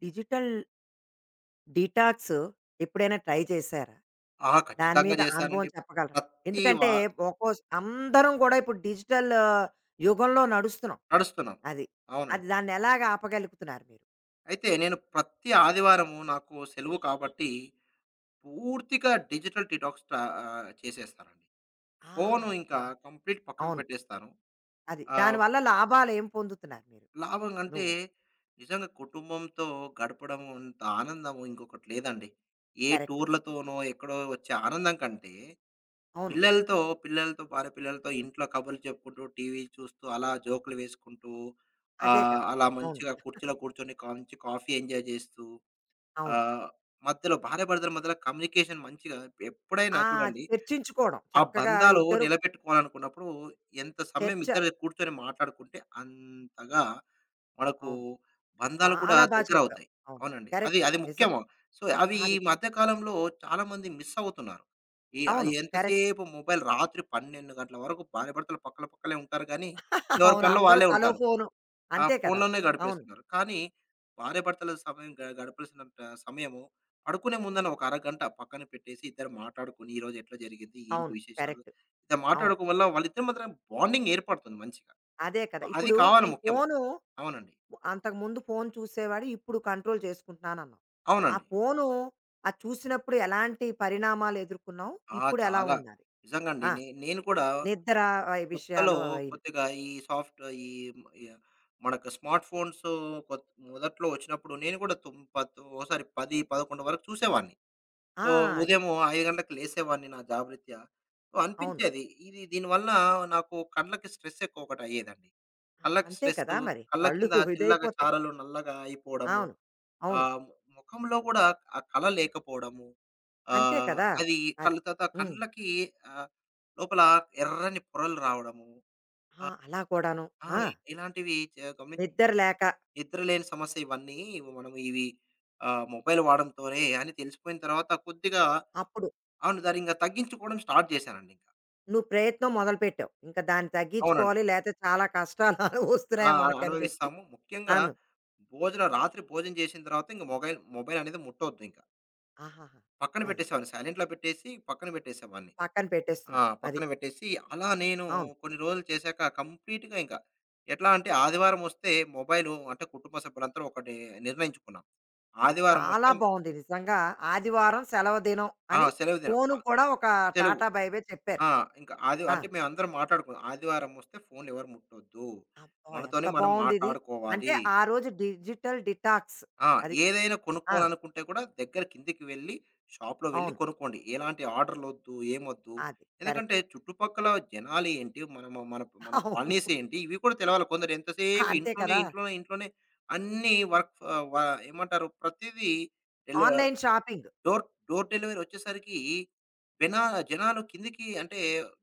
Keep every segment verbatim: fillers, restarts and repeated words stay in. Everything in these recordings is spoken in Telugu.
డిజిటల్ డీటాక్స్ ఎప్పుడైనా ట్రై చేశారా? ఆ! దాని ఖచ్చితంగా మీద అనుభవం చేస్తానండి. చెప్పగలరా? ప్రతి ఎందుకంటే వా ఒక్కో అందరం కూడా ఇప్పుడు డిజిటల్ యుగంలో నడుస్తున్నాం. నడుస్తున్నాం. అది. అది అవునండి. దాన్నెలాగా ఆపగలుగుతున్నారు మీరు? అయితే నేను ప్రతి ఆదివారము నాకు సెలవు కాబట్టి పూర్తిగా డిజిటల్ డిటాక్స్ ట ఆహ్, చేసేస్తానండి. ఆ! ఫోను అది ఇంకా చా కంప్లీట్ పక్కకు అవును. పెట్టేస్తాను. అది. ఆహ్, దానివల్ల లాభాలేం పొందుతున్నారు మీరు? లాభం అంటే నువ్వు. నిజంగా కుటుంబంతో గడపడం అంత ఆనందం ఇంకొకటి లేదండి. ఏ కరెక్ట్. టూర్‌లతోనో ఎక్కడో వచ్చే ఆనందం కంటే అవును. పిల్లలతో, పిల్లలతో భార్య పిల్లలతో ఇంట్లో కబుర్లు చెప్పుకుంటూ, టీవీ చూస్తూ, అలా జోకులు వేసుకుంటూ, అదే ఆహ్, కదా! అలా అవును. మంచిగా కుర్చీలో కూర్చొని కా మంచి కాఫీ ఎంజాయ్ చేస్తూ, అవును. ఆహ్, మధ్యలో భార్యాభర్తల మధ్యలో కమ్యూనికేషన్ మంచిగా ఎప్పుడైనా ఆ! చూడండి, చర్చించుకోవడం. ఆ చక్కగా బంధాలు ఇద్దరు నిలబెట్టుకోవాలనుకున్నప్పుడు ఎంత సమయం చర్చ. ఇద్దరు కూర్చొని మాట్లాడుకుంటే అంతగా మనకు అవును. బంధాలు కూడా చాలా బా చెప్పావు. దగ్గరవుతాయి. అవును. అవునండి. అది కరెక్ట్. అది నిజం. ముఖ్యము. సో, అవి ఈ అది. మధ్య కాలంలో చాలామంది మిస్ అవుతున్నారు. ఈ ఆహ్, అవును. కరెక్ట్. ఎంతసేపు మొబైల్ రాత్రి పన్నెండు గంటల వరకు భార్యాభర్తలు పక్కల పక్కలే ఉంటారు గానీ, ఎవరి అవును. పనిలో అందరూ వాళ్ళే తలో ఉంటారు. ఫోను. ఆ అంతే కదా! ఫోన్‌లోనే అవును. గడిపేస్తున్నారు. కానీ భార్యాభర్తల సమయం గ గడపాల్సినంత సమయము పడుకునే ముందన ఒక అరగంట పక్కన పెట్టేసి ఇద్దరు మాట్లాడుకొని ఈరోజు ఎట్లా జరిగింది? ఏంటి అవును. విశేషాలు? కరెక్ట్. ఇలా అవును. మాట్లాడుకోవడం వల్ల వాళ్ళిద్దరి మధ్యన బాండింగ్ ఏర్పడుతుంది మంచిగా. అదే కదా! అది ఇప్పుడు కావాలి ఈ ముఖ్యము. ఫోను అవునండి. అంతకుముందు ఫోను చూసేవాడు. ఇప్పుడు కంట్రోల్ చేసుకుంటున్నానన్నావు. ఆ అవునండి. ఫోను అది చూసినప్పుడు ఎలాంటి పరిణామాలు ఎదుర్కొన్నావు? ఆ! ఇప్పుడు ఎలా చాలా. ఉన్నది? నిజంగండి. ఆ! నే నేను కూడా నిద్ర ఆహ్, కొత్తలో విషయాలు అవైను. కొద్దిగా ఈ సాఫ్ట్ ఈ మ య మనకు స్మార్ట్ ఫోన్స్ కొత్ మొదట్లో వచ్చినప్పుడు నేను కూడా తుం పత్ ఓసారి పది, పదకొండు వరకు చూసేవాడిని. ఆ! సో, అది. ఉదయము ఐదు గంటలకు లేసేవాడిని నా జాబ్ రీత్యా. సో, అవును. అనిపించేది. ఇది దీనివల్ల నాకు కళ్ళకి స్ట్రెస్ ఎక్కువ ఒకటయ్యేదండి. ఆ! కళ్ళకి అంతే కదా స్ట్రెస్సు, మరి. కళ్ళ కళ్ళు కింద చిల్లగా ఇదైపోతాయి. చారలు నల్లగా అయిపోవడము. అవును. అవును. ఆహ్, ముఖంలో గూడా ఆ కళ లేకపోవడము. అంతే ఆహ్, కదా! అది అది. కళ్ళ తర్వాత హ్మ్. కండ్లకి ఆహ్, లోపల ఎర్రని పొరలు రావడము. ఆ! ఆహ్, అలా కూడాను. ఆ! ఆ! ఇలాంటివి చ గమని నిద్ర లేక నిద్రలేని సమస్య ఇవన్నీ మనం ఇవి ఆహ్, మొబైల్ వాడడంతోనే అని తెలిసిపోయిన తర్వాత కొద్దిగా అప్పుడు అవును. దాన్ని ఇంక తగ్గించుకోవడం స్టార్ట్ చేశానండి ఇంక. నువ్వు ప్రయత్నం మొదలుపెట్టావు. ఇంక దాన్ని అవునండి. తగ్గించుకోవాలి లేతే చాలా కష్టాలు ఆ! వస్తున్నాయి మనకని చెప్పి అనుభవిస్తాము. ముఖ్యంగా అను. భోజనం రాత్రి భోజనం చేసిన తర్వాత ఇంక మొబైల్ మొబైల్ అనేది ముట్టొద్దు ఇంక. ఆహాహా! పక్కన అది. పెట్టేసేవాడిని. సైలెంట్‌లో పెట్టేసి పక్కన పెట్టేసేవాడిని. పక్కన ఆ! పెట్టేస్తున్నావు. అది. పక్కన పెట్టేసి, అలా నేను అవును. కొన్ని రోజులు చేశాక కంప్లీట్‌గా ఇంకా ఎట్లా అంటే ఆదివారం వస్తే మొబైలు అంటే కుటుంబ సభ్యులందరం ఒకటి నిర్ణయించుకున్నాం. అది ఆదివారం చాలా వస్తే బావుంది నిజంగా. ఆదివారం సెలవు దినం ఆ! అని సెలవు దినం. ఆ! ఫోను కూడా ఒక సెలవు. టాటా బై బై చెప్పారు. ఆ! ఇంకా ఆది ఆ! అంటే మేమందరం మాట్లాడుకున్నాం. ఆదివారం వస్తే ఫోన్‌లు ఎవరు ముట్టొద్దు. అబ్బా! ఎంత మనతోనే మనం బావుందిది. అంటే మాట్లాడుకోవాలి. ఆ రోజు డిజిటల్ డిటాక్స్. ఆ! అది. ఏదైనా ఆ! కొనుక్కోవాలనుకుంటే కూడా దగ్గర కిందకి వెళ్లి, షాప్‌లో వెళ్లి అవును. కొనుక్కోండి. ఎలాంటి ఆర్డర్‌లొద్దు, ఏమొద్దు. అది. ఎందుకంటే కరెక్ట్. చుట్టుపక్కల జనాలేంటి, మనము మన మన మన అవును. కాలనీస్ ఏంటి, ఇవి కూడా తెలవాలి. కొందరు ఎంతసేపు అంతే ఇంట్లోనే, కదా! ఇంట్లోనే, ఇంట్లోనే అన్నీ వర్క్ ఫ వ ఏమంటారు ప్రతీదీ డెలి online shopping. Door door delivery వచ్చేసరికి బెనా జనాలు కిందకి అంటే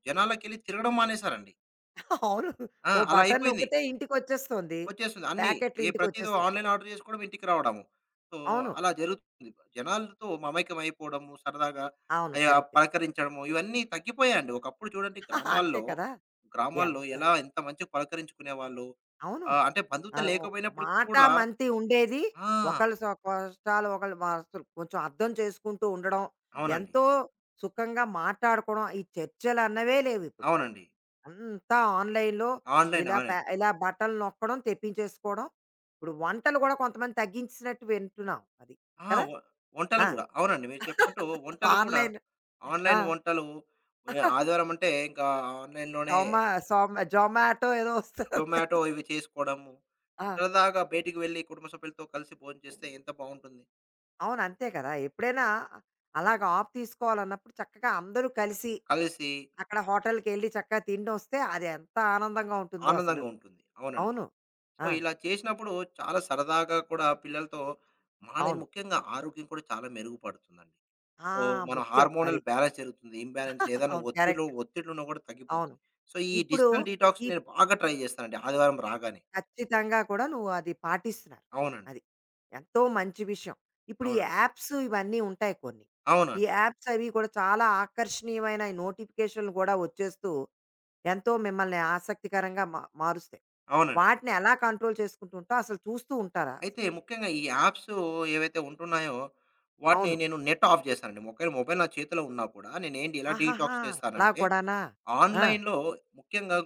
జనాలకెళ్ళి తిరగడం మానేసారండి. అవును. ఆ! ఓ అలా బటన్ అయిపోయింది. నొక్కితే ఇంటికొచ్చేస్తుంది. వచ్చేస్తుంది. అన్నీ ప్యాకెట్లు ఏ ప్రతీది ఇంటికొచ్చేస్తున్నాయి. ఆన్‌లైన్ ఆర్డర్ చేసుకోవడం, ఇంటికి రావడము. సో, అవును. అలా జరుగుతుంది. జనాలతో మమైకం అయిపోవడము, సరదాగా అవును. అయ కరెక్ట్. పలకరించడము ఇవన్నీ తగ్గిపోయాయండి. ఒకప్పుడు చూడండి అంతే గ్రామాల్లో, కదా! గ్రామాల్లో ఎంత ఎలా ఎంత మంచిగా పలకరించుకునేవాళ్ళు. అవును. ఆహ్, అంటే బంధుత్వం ఆరో లేకపోయినప్పటికి కూడా మాటామంతి ఉండేది. ఆ! ఒకళ్ళ సొ కష్టాలు ఒకళ్ళు వస్తులు కొంచెం అర్థం చేసుకుంటూ ఉండడం. అవునండి. ఎంతో సుఖంగా మాట్లాడుకోవడం. ఈ చర్చలన్నవే లేవిప్పుడు. అవునండి. అంతా ఆన్‌లైన్‌లో ఆన్‌లైన్ ఇలా పే ఆన్‌లైన్. ఇలా బటన్లు నొక్కడం, తెప్పించేసుకోవడం. ఇప్పుడు వంటలు కూడా కొంతమంది తగ్గించినట్టు వింటున్నాం. అది. ఆ! కదా! వ వంటలు ఆ! గూడా. అవునండి. మీరు చెప్పినట్టు వంటలు గూడా ఆన్‌లైన్. ఆ! ఆన్‌లైన్ వంటలు ఏ, ఆదివారం అంటే ఇంకా ఆన్‌లైన్‌లోనే జొమా సొమ్ జొమాటో ఏదో వస్తది. జొమాటో ఇవి చేసుకోవడము. ఆ! సరదాగా బయటికి వెళ్లి కుటుంబ సభ్యులతో కలిసి భోంచేస్తే ఎంత బావుంటుంది. అవును. అంతే కదా! ఎప్పుడైనా అలాగ ఆఫ్ తీసుకోవాలన్నప్పుడు చక్కగా అందరూ కలిసి కలిసి అక్కడ హోటల్‌కెళ్ళి చక్కగా తిండొస్తే అది ఎంత ఆనందంగా ఉంటుందో అసలు. ఆనందంగా ఉంటుంది. అవునండి. అవును. సో, ఆ! ఇలా చేసినప్పుడు చాలా సరదాగా కూడా పిల్లలతో మన అవును. ముఖ్యంగా ఆరోగ్యం కూడా చాలా మెరుగుపడుతుందండి. ఆ! ఓహ్! మన ముఖ్యం అది. హార్మోనల్ బ్యాలెన్స్ జరుగుతుంది. ఇంబాలెన్స్ ఏదైనా అవును. ఒత్తిడిలో కరెక్ట్. ఒత్తిడున్నా కూడా అవును. తగ్గిపోతుంది. సో, ఈ ఇప్పుడు డిజిటల్ ఈ డీటాక్స్ నేను బాగా ట్రై చేస్తానండి ఆదివారం రాగానే. ఖచ్చితంగా కూడా నువ్వు అది పాటిస్తున్నారు. అవునండి. అది. ఎంతో మంచి విషయం. ఇప్పుడు ఈ అవునండి. యాప్స్ ఇవన్నీ ఉంటాయి కొన్ని. ఈ అవునండి. యాప్స్ అవి కూడా చాలా ఆకర్షణీయమైన ఈ నోటిఫికేషన్‌లు కూడా వచ్చేస్తూ ఎంతో మిమ్మల్ని ఆసక్తికరంగా మా మారుస్తాయి. అవునండి. వాటిని ఎలా కంట్రోల్ చేసుకుంటూ ఉంటావు? అసలు చూస్తూ ఉంటారా అయితే అసలు? ముఖ్యంగా ఈ యాప్స్ ఏవైతే ఉంటున్నాయో, వాటిని అవును. నేను నెట్ ఆఫ్ చేశానండి. ఒకవేళ మొబైల్ నా చేతిలో ఉన్నా కూడా నేనేంటి ఎలా ఆహాహా! డీటాక్స్ అలా చేస్తానంటే, కూడానా? ఆ! ఆన్‌లైన్‌లో ముఖ్యంగా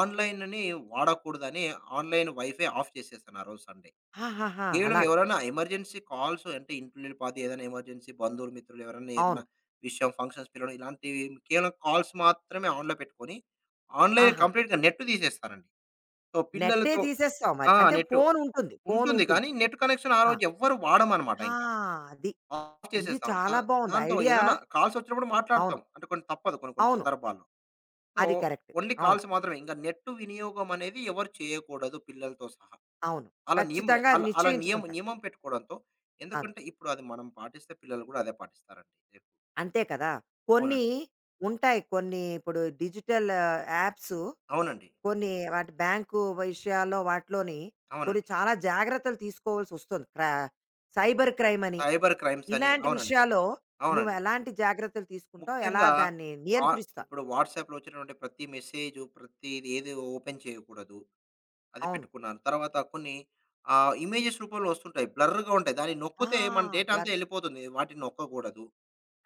ఆన్‌లైన్‌ని వాడకూడదని ఆన్‌లైన్ వైఫై ఆఫ్ చేసేశాను ఆ రోజు సండే. ఆహాహా! కేవలం అలాగా. ఎవరైనా ఎమర్జెన్సీ కాల్స్ అంటే ఇంటిల్లిపాది ఏదైనా ఎమర్జెన్సీ బంధువులు, మిత్రులు ఎవరైనా ఏదైనా అవును. విషయం, ఫంక్షన్స్ పిలవడం ఇలాంటివి కేవలం కాల్స్ మాత్రమే ఆన్‌లో పెట్టుకొని, ఆన్‌లైన్ ఆహాహా! కంప్లీట్‌గా నెట్ తీసేస్తానండి. సో, నెట్టే పిల్లలతో తీసేస్తావు ఆ! మరి. అంటే నెట్. ఫోనుంటుంది. ఉంటుంది. ఫోనుంటుంది. కానీ నెట్ కనెక్షన్ ఆ ఆ! రోజు ఎవ్వరు వాడమనమాట ఆ! ఇంకా. అది. ఆఫ్ ఇది చేసేస్తాం. దా చాలా బావుంది దాంతో ఐడియా. ఏదైనా కాల్స్ వచ్చినప్పుడు మాట్లాడతాం. అవును. అంటే కొన్ని తప్పదు కొన్ని కొన్ని అవును. సందర్భాల్లో. సో, అది కరెక్ట్. ఓన్లీ అవును. కాల్స్ మాత్రమే. ఇంక నెట్ వినియోగం అనేది ఎవరు చేయకూడదు పిల్లలతో సహా. అవును. అలా నియమ ఖచ్చితంగా అది అలా అలా నియమ నిశ్చయించుకుంటారు. నియమం పెట్టుకోవడంతో అవును. ఎందుకంటే ఇప్పుడు అది మనం పాటిస్తే పిల్లలు కూడా అదే పాటిస్తారండి. రేపు అంతే కదా! కొన్ని అవునండి. ఉంటాయి. కొన్ని ఇప్పుడు డిజిటల్ యాప్స్ అవునండి. కొన్ని వాటి బ్యాంకు విషయాల్లో వాటిలోని కొన్ని అవునండి. చాలా జాగ్రత్తలు తీసుకోవాల్సొస్తుంది. క్రా సైబర్ క్రైమ్ అని. సైబర్ క్రైమ్స్ అని ఇలాంటి అవునండి. విషయాల్లో నువ్వు అవునండి. ఎలాంటి జాగ్రత్తలు తీసుకుంటావు? ఎలా ముఖ్యంగా దాన్ని ఆహ్, నియంత్రిస్తావు? ఇప్పుడు వాట్సాప్‌లో వచ్చినటువంటి ప్రతి మెసేజు ప్రతిది ఏది ఓపెన్ చేయకూడదు. అది అవును. పెట్టుకున్నాను. తర్వాత కొన్ని ఆహ్, ఇమేజెస్ రూపంలో వస్తుంటాయి. బ్లర్‌గా ఉంటాయి. దాన్ని ఆ! నొక్కితే మన డేటా అంతా బ్లర్ ఎళ్ళిపోతుంది. వాటిని నొక్కకూడదు.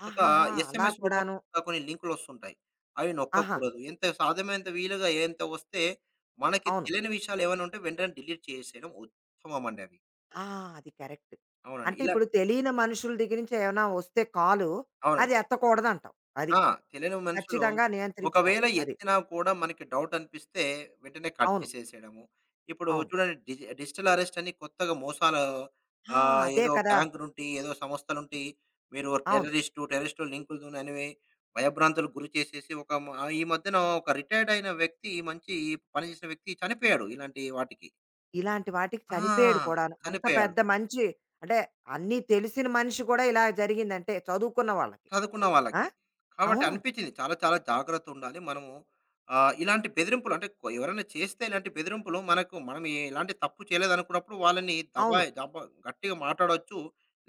తర్వాత ఆహాహా! అలా ఎస్ఎంఎస్ కూడాను. రూపంలో కొన్ని లింకులు వస్తుంటాయి. అవి ఆహాహా! నొక్కకూడదు. ఎంత సాధ్యమైనంత వీలుగా ఎంత వస్తే మనకి అవును. తెలియని విషయాలు ఏమైనా ఉంటే వెంటనే డిలీట్ చేసేయడం ఉత్తమం అండి అవి. ఆ! అది కరెక్ట్. అవునండి. అంటే ఇలా ఇప్పుడు తెలియని మనుషుల దగ్గర నుంచి ఏమైనా వస్తే కాలు, అవునండి. అది ఎత్తకూడదంటావు. అది. ఆ! తెలియని మనుషులు ఖచ్చితంగా నియంత్రించుకోవాలి. ఒకవేళ అది. ఎత్తినా కూడా మనకి డౌట్ అనిపిస్తే వెంటనే కట్ అవును. చేసేసేయడము. ఇప్పుడు అవును. చూడండి డిజి డిజిటల్ అరెస్ట్ అని కొత్తగా మోసాలు ఆ! ఆహ్, అదే ఏదో కదా! బ్యాంక్ నుండి, ఏదో సంస్థల నుండి మీరు అవును. టెర్రరిస్టు, టెర్రరిస్టు లింకులుననివి భయభ్రాంతులకు గురి చేసేసి ఒక మ ఈ మధ్యన ఒక రిటైర్డ్ అయిన వ్యక్తి మంచి పని చేసిన వ్యక్తి చనిపోయాడు ఇలాంటి వాటికి. ఇలాంటి వాటికి ఆ! చనిపోయాడు కూడాను. అంత చనిపోయాడు. పెద్ద మంచి అంటే అన్నీ తెలిసిన మనిషి కూడా ఇలా జరిగిందంటే చదువుకున్న వాళ్ళకి. చదువుకున్న ఆ! వాళ్ళకి. కాబట్టి అవును. అనిపించింది చాలా చాలా జాగ్రత్తుండాలి. మనము ఆహ్, ఇలాంటి బెదిరింపులు అంటే కొ ఎవరైనా చేస్తే ఇలాంటి బెదిరింపులు మనకు మనం ఏ- ఎలాంటి తప్పు చేయలేదనుకున్నప్పుడు వాళ్ళని అవును. దబాయి దబ గట్టిగా మాట్లాడొచ్చు.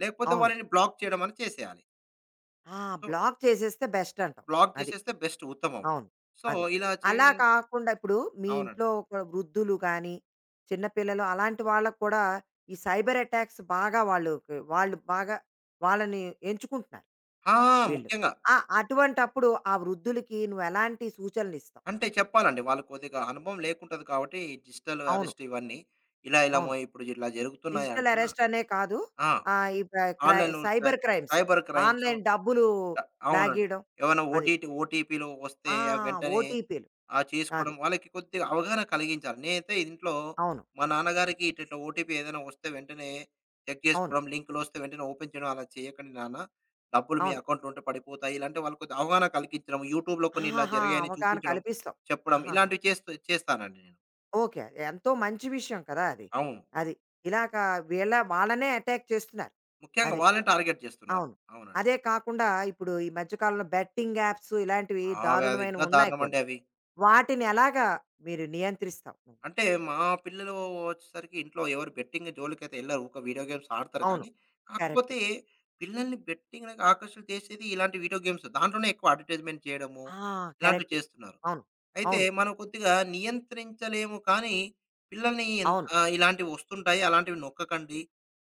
లేకపోతే అవును. వాళ్ళని బ్లాక్ చేయడం అని చేసేయాలి. ఆ! సో, బ్లాక్ చేసేస్తే బెస్ట్ అంటావు. బ్లాక్ అది. చేసేస్తే బెస్ట్ ఉత్తమం. అవును. సో, అదే. ఇలా అలా చేయడం కాకుండా ఇప్పుడు మీ అవునండి. ఇంట్లో ఒక వృద్ధులు గానీ, చిన్న పిల్లలు అలాంటి వాళ్ళకి కూడా ఈ సైబర్ అటాక్స్ బాగా వాళ్ళకి వాళ్ళు బాగా వాళ్ళని ఎంచుకుంటున్నారు ఆ! వీళ్ళు. ముఖ్యంగా. ఆ! అటువంటప్పుడు ఆ వృద్ధులకి నువ్వెలాంటి సూచనలిస్తావు? అంటే చెప్పాలండి. వాళ్ళు కొద్దిగా అనుభవం లేకుంటది కాబట్టి డిజిటల్ అవును. అరెస్ట్ ఇవన్నీ. ఇలా ఇలా మొ అవును. ఇప్పుడు ఇట్లా డిజిటల్ జరుగుతున్నాయంట. అరెస్ట్ అనే కాదు. ఆ! ఆహ్, ఈ ప క్రై ఆన్‌లైన్ సై cyber crimes. Cyber crimes online డబ్బులు ట అవునండి. లాగేయడం ఏవైనా అది. ఓటీటీ ఓటీపీలు వస్తే ఆ! అవి వెంటనే ఓటీపీలు. ఆహ్, అది. చేసుకోవడం వాళ్ళకి కొద్దిగా అవగాహన కలిగించాలి. నేనైతే ఇంట్లో అవును. మా నాన్నగారికి ఇట్టిట్లా ఓటీపీ ఏదైనా వస్తే వెంటనే చెక్ అవును. చేసుకోవడం, లింకులొస్తే వెంటనే ఓపెన్ చేయడం అలా చేయకండి నాన్న. డబ్బులు మీ అవును. అకౌంట్‌లో ఉంటే పడిపోతాయి. ఇలాంటి వాళ్ళకి కొద్దిగా అవగాహన కలిగించడం, యూట్యూబ్‌లో కొన్ని ఇలా ఆహాహా! జరిగాయని అవగాహన చూపించడం, కల్పిస్తావు. చెప్పడం ఆహాహా! ఇలాంటివి చేస్తూ చేస్తానండి నేను. ఓకే. ఎంతో మంచి విషయం కదా అది. అవును. అది. ఇలాగ వీళ్ళ వాళ్ళనే అటాక్ చేస్తున్నారు. ముఖ్యంగా అది. వాళ్ళని టార్గెట్ చేస్తున్నారు. అవును. అవునండి. అదే కాకుండా ఇప్పుడు ఈ మధ్య కాలంలో బెట్టింగ్ యాప్స్ ఇలాంటివి ఆ! అవి అది ఇంకా దారుణమైనవి ఉన్నాయి దారుణమండి కొన్ని. అవి. వాటిని ఎలాగా మీరు నియంత్రిస్తావు నువ్వు? అంటే మా పిల్లలు వచ్చేసరికి ఇంట్లో ఎవరు బెట్టింగ్ జోలికైతే ఎళ్లరు. ఊక వీడియో గేమ్స్ ఆడతారు అవును. కానీ, కరెక్ట్. కాకపోతే పిల్లల్ని బెట్టింగ్‌లకి ఆకర్షణ చేసేది ఇలాంటి వీడియో గేమ్స్. దాంట్లోనే ఎక్కువ అడ్వర్టైజ్మెంట్ చేయడము, ఆ! ఇలాంటివి కరెక్ట్. చేస్తున్నారు. అవును. అయితే అవును. మనం కొద్దిగా నియంత్రించలేము కానీ, పిల్లల్ని ఎన్ అవును. ఆహ్, ఇలాంటివి వస్తుంటాయి. అలాంటివి నొక్కకండి.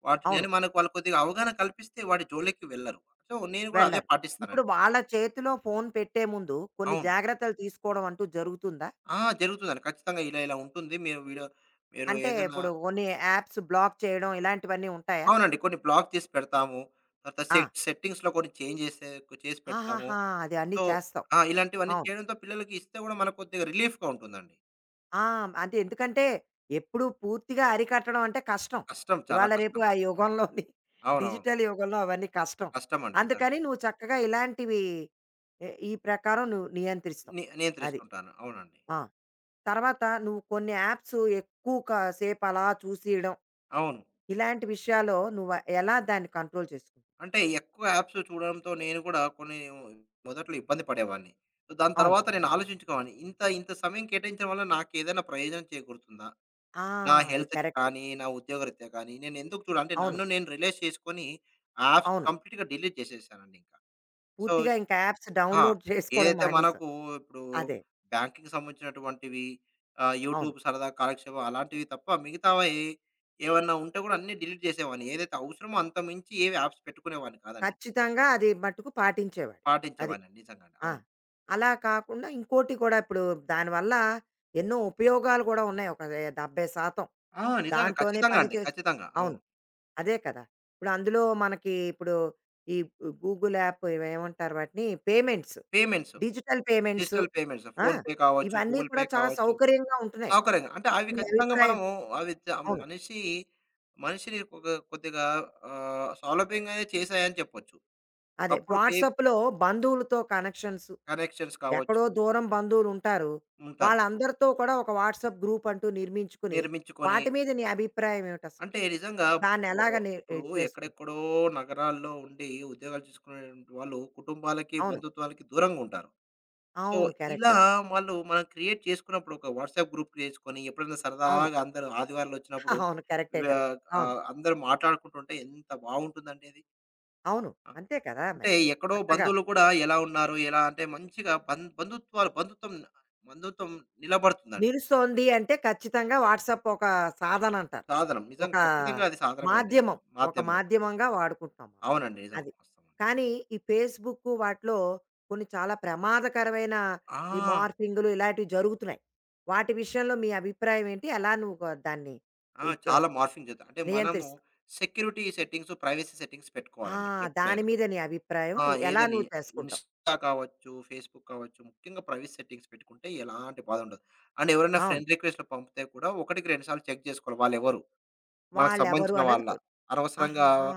వాటిని అవును. అని మనకు వాళ్ళు కొద్దిగా అవగాహన కల్పిస్తే వాటి జోలికి వెళ్లరు. సో, నేను కూడా అదే వెళ్లరు. ఇప్పుడు పాటిస్తానండి. వాళ్ళ చేతిలో ఫోన్ పెట్టే ముందు కొన్ని అవును. జాగ్రత్తలు తీసుకోవడం అంటూ జరుగుతుందా? ఆ! జరుగుతుందండి. ఖచ్చితంగా ఇలా ఇలా ఉంటుంది. మీరు వీడియో మీరు అంటే ఏదైనా ఇప్పుడు కొన్ని యాప్స్ బ్లాక్ చేయడం ఇలాంటివన్నీ ఉంటాయా? అవునండి. కొన్ని బ్లాక్ చేసి పెడతాము. తర్వాత ఆ! సెట్ సెట్టింగ్స్‌లో కొన్ని చేంజ్ చేసే చేసి పెడతాము. ఆహాహా! అది అన్నీ సో చేస్తావు. ఆ! ఇలాంటివన్నీ అవును. చేయడంతో పిల్లలకి ఇస్తే కూడా మనకు కొద్దిగా రిలీఫ్‌గా ఉంటుందండి. ఆ! అంటే ఎందుకంటే, ఎప్పుడూ పూర్తిగా అరికట్టడం అంటే కష్టం. కష్టం చాలా ఇవాళ రేపు కష్టం. ఆ యుగంలోని అవునవును. డిజిటల్ యుగంలో అవన్నీ కష్టం. కష్టమండి నిజంగా. అందుకని నువ్వు చక్కగా ఇలాంటివి ఎ ఈ ప్రకారం నువ్వు నియంత్రిస్తావు. ని అది. నియంత్రిస్తుంటాను. అవునండి. ఆ! తర్వాత నువ్వు కొన్ని యాప్స్ ఎక్కువ క సేపు అలా చూసేయడం, అవును. ఇలాంటి విషయాల్లో నువ్వు ఎలా దాన్ని కంట్రోల్ చేసుకుంటావు? అంటే ఎక్కువ యాప్స్ చూడడంతో నేను కూడా కొన్ని మొదట్లో ఇబ్బంది పడేవాడిని. సో దాని అవును. తర్వాత నేను ఆలోచించుకోవాలి. ఇంత ఇంత సమయం కేటాయించడం వల్ల నాకేదైనా ప్రయోజనం చేకూరుతుందా? ఆ! నా అది హెల్త్‌కి కరెక్ట్. కానీ, నా ఉద్యోగరీత్యా కానీ, నేను ఎందుకు చూడ అంటే అవును. నన్ను నేను రిలైజ్ చేసుకొని ఆ యాప్స్ అవును. కంప్లీట్‌గా డిలీట్ చేసేసానండి ఇంకా. సో పూర్తిగా ఇంకా యాప్స్ ఆ! డౌన్‌లోడ్ చేసుకోవడం ఏదైతే మానేసావు. మనకు ఇప్పుడు అదే. బ్యాంకింగ్‌కి సంబంధించినటువంటివి, ఆహ్, అవును. యూట్యూబ్ సరదా కాలక్షేపం అలాంటివి తప్ప మిగతావి ఏవన్నా ఉంటే కూడా అన్నీ డిలీట్ చేసేవాడిని. ఏదైతే అవసరమో అంత మించి ఏవి యాప్స్ పెట్టుకునేవాడిని కాదండి. ఖచ్చితంగా అది మట్టుకు పాటించేవాడు. అది. పాటించేవాడిని నిజంగానే. ఆ! అవును. అలా కాకుండా ఇంకోటి కూడా ఇప్పుడు దానివల్ల ఎన్నో ఉపయోగాలు కూడా ఉన్నాయి. ఒక ఏ డెబ్బై శాతం ఆ! నిజంగా దాంట్లోనే ఖచ్చితంగా పని అండి. చేసి ఖచ్చితంగా. అవును. అవును. అదే కదా! ఇప్పుడు అందులో మనకి ఇప్పుడు ఈ గూగుల్ యాప్ ఇవి ఏమంటారు వాటిని? Payments. Payments, digital payments. Digital payments ఆ! ఫోన్‌పే కావచ్చు, ఇవన్నీ గూగుల్ పే కూడా చాలా కావచ్చు. సౌకర్యంగా ఉంటున్నాయి. సౌకర్యంగా. అంటే అవి మీ ఖచ్చితంగా అభిప్రాయం మనము అవి చ అవును. మనిషి మనిషిని కొ కొద్దిగా ఆహ్, సౌలభ్యంగానే చేశాయని చెప్పొచ్చు. అదే ఒకప్పుడు పే వాట్సాప్‌లో బంధువులతో కనెక్షన్స్ కనెక్షన్స్ కావచ్చు ఎక్కడో దూరం బంధువులుంటారు. ఉంటారు. వాళ్ళందరితో కూడా ఒక వాట్సాప్ గ్రూపంటూ నిర్మించుకుని, నిర్మించుకొని వాటి మీద నీ అభిప్రాయం ఏమిటసలు? అంటే నిజంగా ఒ దాన్నెలాగ ఒ ని ఇప్పుడు ఇది చేసుకుంటావు? ఎక్కడెక్కడో నగరాల్లో ఉండి ఉద్యోగాలు చేసుకునేటువంటి వాళ్ళు కుటుంబాలకి, అవును. బంధుత్వాలకి దూరంగా ఉంటారు. సో, అవును. ఇలా కరెక్ట్. వాళ్ళు మనం క్రియేట్ చేసుకున్నప్పుడు ఒక వాట్సాప్ గ్రూప్ క్రియేట్ చేసుకొని ఎప్పుడైనా అవును. సరదాగా అందరూ ఆదివారాలొచ్చినప్పుడు అవును. కరెక్టే కదా! ఆహ్, అవును. ఆహ్, అందరూ మాట్లాడుకుంటుంటే ఎంత బాగుంటుందండి అది. అవును. అంతే కదా అంటే మరి. ఎక్కడో చక్కగాను. బంధువులు కూడా ఎలా ఉన్నారు? ఎలా అంటే మంచిగా బం బంధుత్వాలు బంధుత్వం బంధుత్వం నిలబడుతుందండి. నిలుస్తోంది అంటే ఖచ్చితంగా వాట్సాప్ ఒక సాధనంటారు. సాధనం. ఒక నిజంగా ఖచ్చితంగా అది సాధనమే అండి. మాధ్యమం. ఒక మాధ్యమం. మాధ్యమంగా వాడుకుంటున్నాం మనం. అవునండి. నిజం. అది. వాస్తవం. కానీ ఈ ఫేస్‌బుక్కు వాటిలో కొన్ని చాలా ప్రమాదకరమైన ఈ ఆ! మార్ఫింగ్‌లు ఇలాంటివి జరుగుతున్నాయి. వాటి విషయంలో మీ అభిప్రాయం ఏంటి? ఎలా నువ్వు గ దాన్ని ఆ! ఇది చాలా చేస్తావు? మార్ఫింగ్ జరుగుతాయి. అంటే మనము నియంత్రిస్తావు? సెక్యూరిటీ సెట్టింగ్స్, ప్రైవసీ సెట్టింగ్స్ ఆ! పెట్టుకోవాలండి దాని ఎప్పుడైనా. మీద నీ అభిప్రాయం ఆ! ఎలా ఏదని నువ్వు చేసుకుంటావు? ఇన్‌స్టా కావచ్చు, ఫేస్‌బుక్ కావచ్చు ముఖ్యంగా ప్రైవసీ సెట్టింగ్స్ పెట్టుకుంటే ఎలాంటి బాధ ఉండదు. అండ్ ఎవరైనా అవును. ఫ్రెండ్ రిక్వెస్ట్‌లు పంపితే కూడా ఒకటికి రెండు సార్లు చెక్ చేసుకోవాలి వాళ్ళెవరు? మనకు వాళ్ళెవరు సంబంధించిన అన్నది వాళ్ళ. కొ అనవసరంగా ఆహాహా!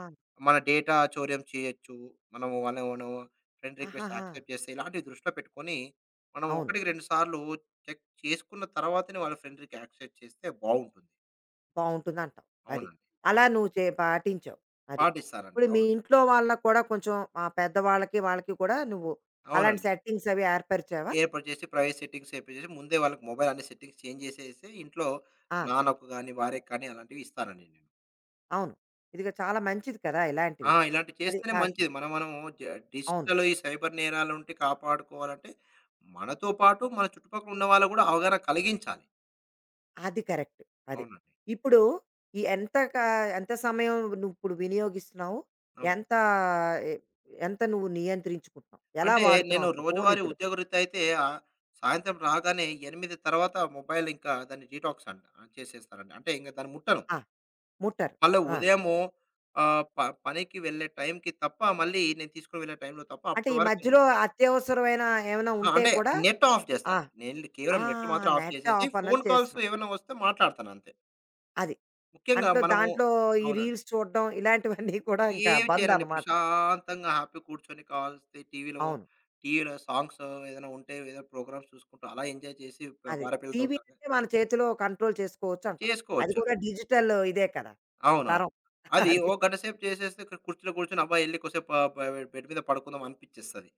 మన డేటా చౌర్యం చేయొచ్చు. మనము వాళ్ళని మనం ఫ్రెండ్ రిక్వెస్ట్ ఆహాహా! యాక్సెప్ట్ చేస్తే ఇలాంటివి దృష్టిలో పెట్టుకొని, మనం అవును. ఒకటికి రెండు సార్లు చెక్ చేసుకున్న తర్వాతనే వాళ్ళ ఫ్రెండ్ రిక్ యాక్సెప్ట్ చేస్తే బావుంటుంది. బావుంటుందంటావు. అది. అవునండి. అలా అవును. నువ్వు చే పాటించావు. అది. పాటిస్తారండి. ఇప్పుడు మీ అవును. ఇంట్లో వాళ్ళకి కూడా కొంచెం ఆ పెద్దవాళ్ళకి, వాళ్ళకి కూడా నువ్వు అలాంటి అవునండి. సెట్టింగ్స్ అవి ఏర్పరిచావా? ఏర్పాటు చేసి ప్రైవసీ సెట్టింగ్స్ ఏర్పాటు చేసి ముందే వాళ్ళకి మొబైల్ అన్ని సెట్టింగ్స్ చేంజ్ చేసేసి ఇంట్లో ఆ! నాన్నకు గాని, భార్యకు కానీ అలాంటివి ఇస్తానండి నేను. అవును. ఇదిగో చాలా మంచిది కదా! ఆ! ఇలాంటివి. ఇలాంటివి అది. చేస్తేనే ఆ! మంచిది. మనం మనము జ అవును. డిజిటల్ ఈ సైబర్ నేరాల నుండి కాపాడుకోవాలంటే, మనతో పాటు మన చుట్టుపక్కల ఉన్న వాళ్ళకి కూడా అవగాహన కలిగించాలి. అది కరెక్ట్. అది. అవునండి. ఇప్పుడు ఈ ఎంత క ఎంత సమయం నువ్విప్పుడు వినియోగిస్తున్నావు? అవును. ఎంత ఎ ఎంత నువ్వు నియంత్రించుకుంటున్నావు? ఎలా అంటే నేను వాడుతున్నావు అసలు ఫోన్ రోజువారీ ఇప్పుడు? ఉద్యోగరీత్యా అయితే ఆహ్, సాయంత్రం రాగానే ఎనిమిది తర్వాత మొబైల్ ఇంకా దాన్ని డీటాక్స్ అంట ఆ, చేసేస్తానండి. అంటే ఇంక దాన్ని ముట్టను. ఆ! ముట్టరు. మళ్ళా ఆ! ఉదయము ఆహ్, ప పనికి వెళ్ళే టైంకి తప్ప మళ్ళీ నేను తీసుకొని వెళ్ళే టైంలో తప్ప అంటే అప్పటి ఈ వరకు ఉండను. మధ్యలో అత్యవసరమైన ఏమైనా ఆ! ఉంటే అంటే కూడా నెట్ ఆఫ్ ఆ! చేస్తాను. నేను కేవలం ఆ! నెట్ మాత్రం ఆఫ్ నెట్ చేసేసి, ఆఫ్ అన్నది ఫోన్ కాల్స్ చేస్తున్నాం. ఏమైనా వస్తే మాట్లాడతాను అంతే. అది. ముఖ్యంగా అంట్లో మనము దాంట్లో ఈ అవునండి. రీల్స్ చూడడం ఇలాంటివన్నీ కూడా ఇంకా ఏమి చేయనండి. బందనమాట. ప్రశాంతంగా హ్యాపీగా కూర్చొని కావాల్స్తే టీవీలో, అవును. టీవీలో సాంగ్స్ ఏదైనా ఉంటే ఏదో ప్రోగ్రామ్స్ చూసుకుంటూ అలా ఎంజాయ్ చేసి ప అది. భార్యపిల్లలతో టీవీ ఉంటారు కదా! అంటే మన చేతిలో కంట్రోల్ చేసుకోవచ్చు అంటాం. అది చేసుకోవచ్చు అది. కూడా డిజిటల్ ఇదే కదా! అవునవును. తరం. అది అది. ఓ గంట సేపు చేసేస్తే ఇక్కడ కుర్చీలో కూర్చొని అబ్బా! ఎళ్లి కొద్దిసేపు ఆహ్, బె బెడ్ మీద పడుకుందాం అనిపిచ్చేస్తది.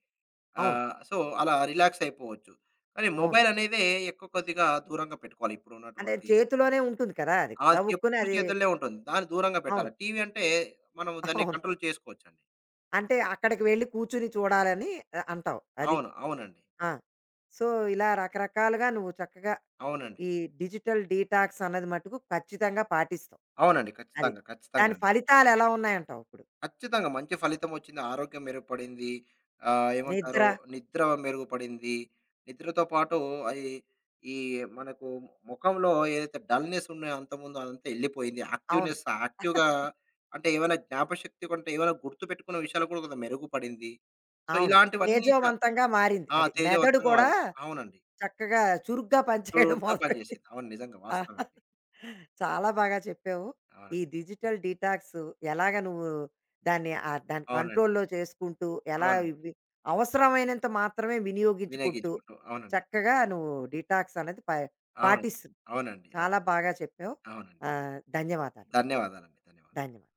అవును. ఆహ్, సో, అలా రిలాక్స్ అయిపోవచ్చు. కానీ అవును. మొబైల్ అనేదే ఎక్కువ కొద్దిగా దూరంగా పెట్టుకోవాలి. అంటే ఇప్పుడున్నటువంటి చేతిలోనే ఉంటుంది కదా! అది. అది గబుక్కున ఎప్పుడు అది చేతుల్లో ఉంటుంది. దాన్ని దూరంగా పెట్టాలి. అవును. టీవీ అంటే మనం దాన్ని అవును. కంట్రోల్ చేసుకోవచ్చండి. అంటే అక్కడికి వెళ్లి కూర్చొని చూడాలని ఆహ్, అంటావు. అది. అవును. అవునండి. ఆ! సో, ఇలా రకరకాలుగా నువ్వు చక్కగా అవునండి. ఈ డిజిటల్ డీటాక్స్ అన్నది మట్టుకు ఖచ్చితంగా పాటిస్తావు. అవునండి. అది. ఖచ్చితంగా. ఖచ్చితంగా దాని అండి. ఫలితాలెలా ఉన్నాయంటావు ఇప్పుడు? ఖచ్చితంగా మంచి ఫలితమొచ్చింది. ఆరోగ్యం మెరుగుపడింది. ఆహ్, ఏమంటారు నిద్ర నిద్ర మెరుగుపడింది. నిద్రతో పాటు అయి ఈ మనకు ముఖంలో ఏదైతే డల్‌నెస్ ఉన్నాయో అంతకుముందు అదంతా ఎళ్ళిపోయింది. అవును. యాక్టివ్‌నెస్ యాక్టివ్‌గా అంటే ఏమైనా జ్ఞాపకశక్తి కొంటే ఏమైనా గుర్తుపెట్టుకునే విషయాలు కూడా కొంత మెరుగుపడింది. సో, అవును. ఇలాంటివన్నీ చ తేజోవంతంగా మారింది ఆ! అది. మెదడు తేజవంతంగా కూడా మారింది. అవునండి. చక్కగా చురుగ్గా పనిచేయడం చురుగ్గా మొదలెట్టింది. పనిచేసింది. అవును. నిజంగా ఆ! వాస్తవమే అండి. చాలా బాగా చెప్పావు. ఈ అవునండి. డిజిటల్ డీటాక్స్ ఎలాగ నువ్వు దాన్ని ఆహ్, దాన్ని అవునండి. కంట్రోల్‌లో చేసుకుంటూ, ఎలా అవును. ఇవి అవసరమైనంత మాత్రమే వినియోగించుకుంటూ, వినియోగించుకుంటూ అవునండి. చక్కగా నువ్వు డీటాక్స్ అనేది ప అవునండి. పాటిస్తు అవునండి. అవును. చాలా బాగా చెప్పావు. అవునండి. ఆహ్, ధన్యవాదాలు. ధన్యవాదాలండి. ధన్యవాదాలు. ధన్యవాదాలు.